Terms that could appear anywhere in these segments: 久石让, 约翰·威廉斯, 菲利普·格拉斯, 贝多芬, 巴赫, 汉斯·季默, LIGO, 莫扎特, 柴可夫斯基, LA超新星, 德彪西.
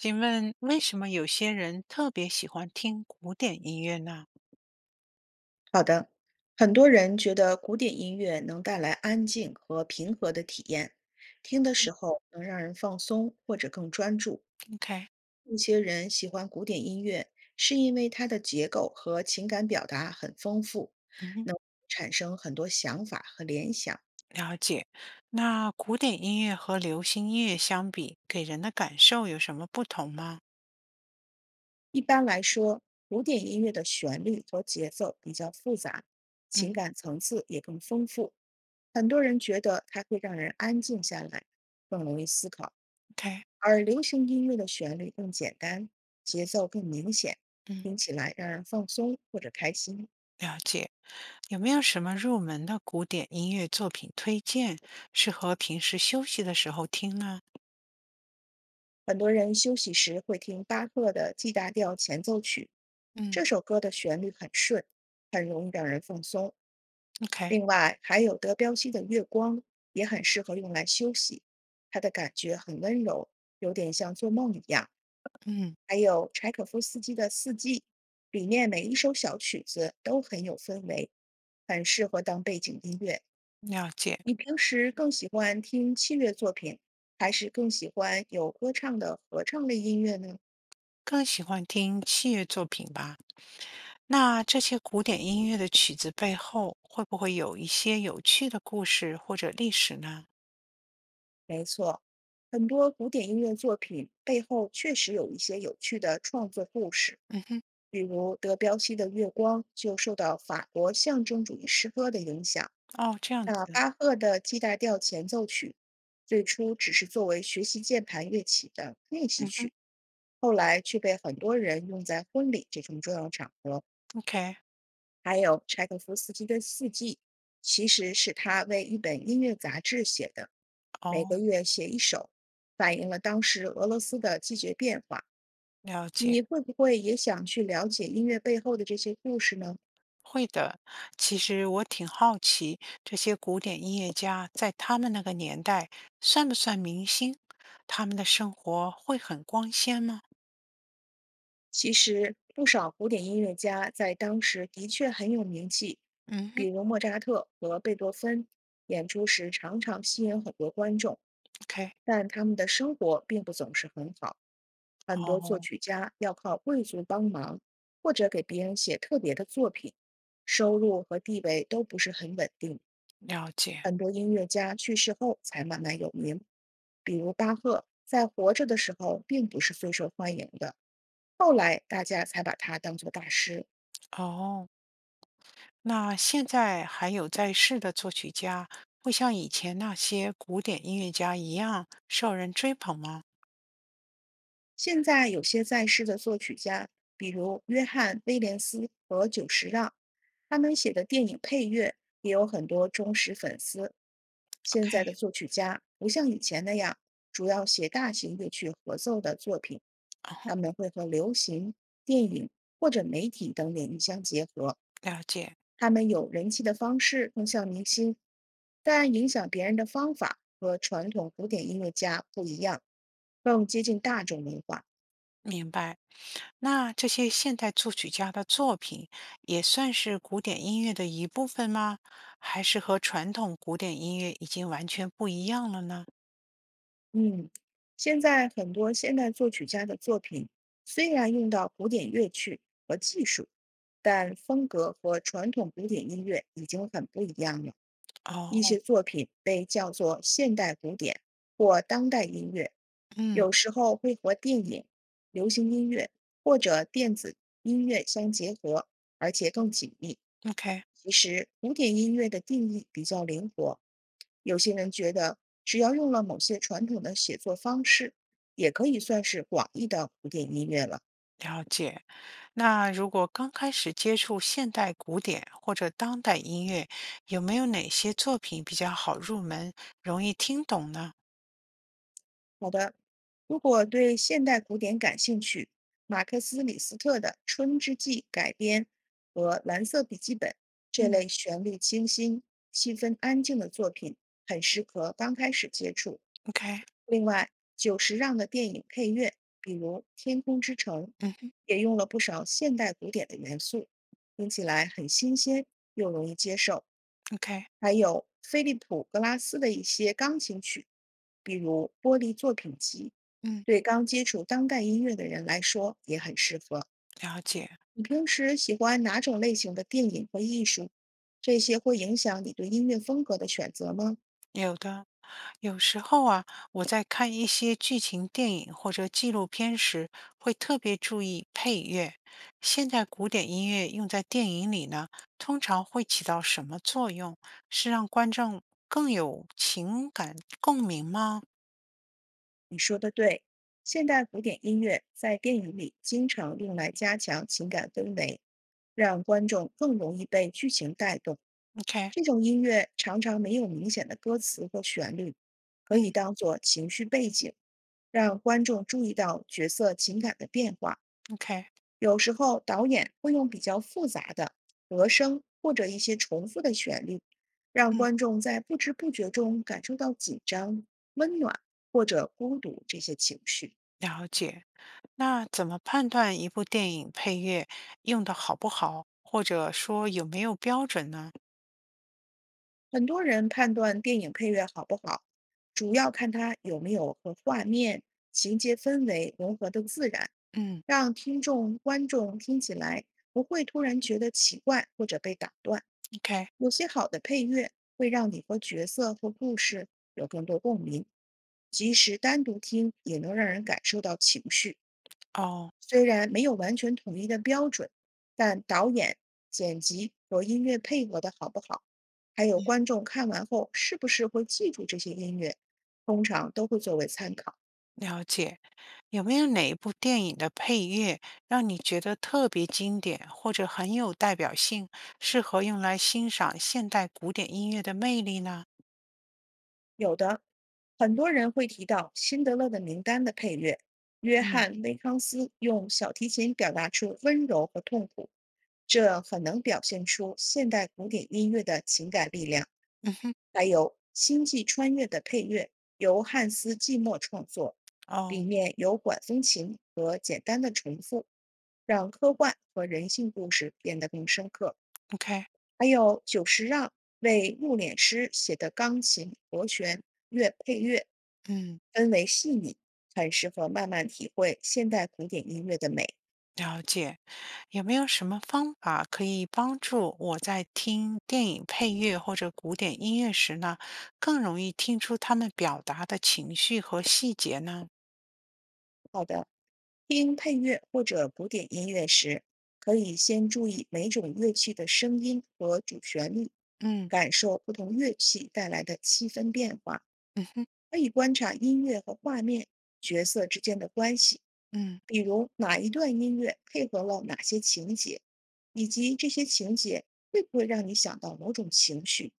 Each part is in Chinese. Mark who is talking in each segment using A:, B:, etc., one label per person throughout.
A: 请问为什么有些人特别喜欢听古典音乐呢
B: 好的，很多人觉得古典音乐能带来安静和平和的体验，听的时候能让人放松或者更专注。
A: ？OK，
B: 一些人喜欢古典音乐，是因为它的结构和情感表达很丰富，
A: 嗯，
B: 能产生很多想法和联想。
A: 了解。那古典音乐和流行音乐相比，给人的感受有什么不同吗？
B: 一般来说，古典音乐的旋律和节奏比较复杂，情
A: 嗯
B: 感层次也更丰富。很多人觉得它会让人安静下来，更容易思考。
A: ，OK，
B: 而流行音乐的旋律更简单，节奏更明显，
A: 嗯，
B: 听起来让人放松或者开心。
A: 了解。有没有什么入门的古典音乐作品推荐，适合平时休息的时候听呢？
B: 很多人休息时会听巴赫的 G 大调前奏曲，这
A: 嗯
B: 首歌的旋律很顺，很容易让人放松。
A: ，OK，
B: 另外，还有德彪西的《月光》也很适合用来休息，它的感觉很温柔，有点像做梦一样。
A: 嗯，
B: 还有柴可夫斯基的《四季》，里面每一首小曲子都很有氛围，很适合当背景音乐。
A: 了解。
B: 你平时更喜欢听器乐作品，还是更喜欢有歌唱的合唱类音乐呢？
A: 更喜欢听器乐作品吧。那这些古典音乐的曲子背后，会不会有一些有趣的故事或者历史呢？
B: 没错，很多古典音乐作品背后确实有一些有趣的创作故事，
A: 嗯哼，
B: 比如德彪西的《月光》就受到法国象征主义诗歌的影响。
A: 哦，这样
B: 那
A: 子。
B: 巴赫的 G 大调前奏曲，最初只是作为学习键盘乐器的练习
A: 嗯哼，
B: 曲，后来却被很多人用在婚礼这种重要场合。
A: OK，
B: 还有柴可夫斯基的《四季》，其实是他为一本音乐杂志写的，每
A: 哦，
B: 个月写一首，反映了当时俄罗斯的季节变化。
A: 了解，
B: 你会不会也想去了解音乐背后的这些故事呢？
A: 会的。其实我挺好奇，这些古典音乐家在他们那个年代算不算明星？他们的生活会很光鲜吗？
B: 其实，不少古典音乐家在当时的确很有名气，
A: 嗯
B: 比
A: 哼。
B: 如莫扎特和贝多芬，演出时常常吸引很多观众，
A: ？OK，
B: 但他们的生活并不总是很好。很多作
A: 哦，
B: 曲家要靠贵族帮忙，或者给别人写特别的作品，收入和地位都不是很稳定。
A: 了解，
B: 很多音乐家去世后才慢慢有名，比如巴赫在活着的时候并不是最受欢迎的，后来大家才把他当作大师。
A: 哦。那现在还有在世的作曲家，会像以前那些古典音乐家一样受人追捧吗
B: 现在有些在世的作曲家，比如约翰·威廉斯和久石让，他们写的电影配乐也有很多忠实粉丝。现在的
A: ？OK，
B: 作曲家不像以前那样主要写大型乐曲合奏的作品，
A: 哦，
B: 他们会和流行、电影或者媒体等领域相结合。
A: 了解，
B: 他们有人气的方式更像明星，但影响别人的方法和传统古典音乐家不一样，更接近大众文化。
A: 明白。那这些现代作曲家的作品也算是古典音乐的一部分吗？还是和传统古典音乐已经完全不一样了呢？
B: 嗯，现在很多现代作曲家的作品虽然用到古典乐曲和技术，但风格和传统古典音乐已经很不一样了。一些
A: 哦，
B: 作品被叫做现代古典或当代音乐，
A: 嗯
B: 有时候会和电影、流行音乐或者电子音乐相结合，而且更紧密。
A: ，OK。
B: 其实，古典音乐的定义比较灵活，有些人觉得只要用了某些传统的写作方式，也可以算是广义的古典音乐了。
A: 了解，那如果刚开始接触现代古典或者当代音乐，有没有哪些作品比较好入门，容易听懂呢？
B: 好的，如果对现代古典感兴趣，马克思·李斯特的《春之祭》改编和《蓝色笔记本》这
A: 嗯
B: 类旋律清新、气氛安静的作品，很适合刚开始接触。
A: ？OK，
B: 另外，久石让的电影配乐，比如《天空之城》，
A: 嗯哼
B: 也用了不少现代古典的元素，听起来很新鲜又容易接受。
A: ，OK，
B: 还有菲利普·格拉斯的一些钢琴曲，比如《玻璃作品集》，
A: 嗯，
B: 对刚接触当代音乐的人来说也很适合。
A: 了解。
B: 你平时喜欢哪种类型的电影和艺术？这些会影响你对音乐风格的选择吗？
A: 有的，有时候啊，我在看一些剧情电影或者纪录片时，会特别注意配乐。现代古典音乐用在电影里呢，通常会起到什么作用？是让观众更有情感共鸣吗
B: 你说的对，现代古典音乐在电影里经常用来加强情感氛围，让观众更容易被剧情带动。
A: ？OK，
B: 这种音乐常常没有明显的歌词和旋律，可
A: 嗯
B: 以当做情绪背景，让观众注意到角色情感的变化。
A: ，OK，
B: 有时候导演会用比较复杂的和声或者一些重复的旋律，让
A: 嗯，
B: 观众在不知不觉中感受到紧张、温暖或者孤独这些情绪。
A: 了解。那怎么判断一部电影配乐用的好不好，或者说有没有标准呢？
B: 很多人判断电影配乐好不好，主要看它有没有和画面、情节氛围融合的自然，
A: 嗯
B: 让听众、观众听起来不会突然觉得奇怪或者被打断。
A: ，OK，
B: 有些好的配乐会让你和角色或故事有更多共鸣，即使单独听也能让人感受到情绪。
A: 哦。
B: 虽然没有完全统一的标准，但导演、剪辑和音乐配合的好不好，还有观众看完后是不是会记住这些音乐，通常都会作为参考。
A: 了解，有没有哪一部电影的配乐让你觉得特别经典，或者很有代表性，适合用来欣赏现代古典音乐的魅力呢？
B: 有的，很多人会提到《辛德勒的名单》的配乐，约
A: 嗯，
B: 翰·威康斯用小提琴表达出温柔和痛苦，这很能表现出现代古典音乐的情感力量。
A: 嗯哼。
B: 还有《星际穿越》的配乐由汉斯·季默创作，里
A: 哦
B: 面有管风琴和简单的重复，让科幻和人性故事变得更深刻。
A: ，OK，
B: 还有久石让为木脸师写的钢琴和弦乐配乐，
A: 嗯，
B: 氛围细腻，很适合慢慢体会现代古典音乐的美。
A: 了解。有没有什么方法可以帮助我在听电影配乐或者古典音乐时呢，更容易听出他们表达的情绪和细节呢？
B: 好的，听配乐或者古典音乐时，可以先注意每种乐器的声音和主旋律，
A: 嗯，
B: 感受不同乐器带来的气氛变化。
A: 嗯哼，
B: 可以观察音乐和画面、角色之间的关系，
A: 嗯
B: 比如哪一段音乐配合了哪些情节，以及这些情节会不会让你想到某种情绪。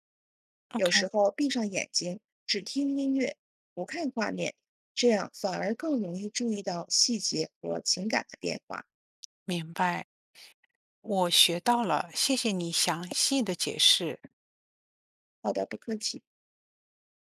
B: 有时
A: ，OK，
B: 候闭上眼睛，只听音乐，不看画面，这样反而更容易注意到细节和情感的变化。
A: 明白。我学到了，谢谢你详细的解释。
B: 好的，不客气。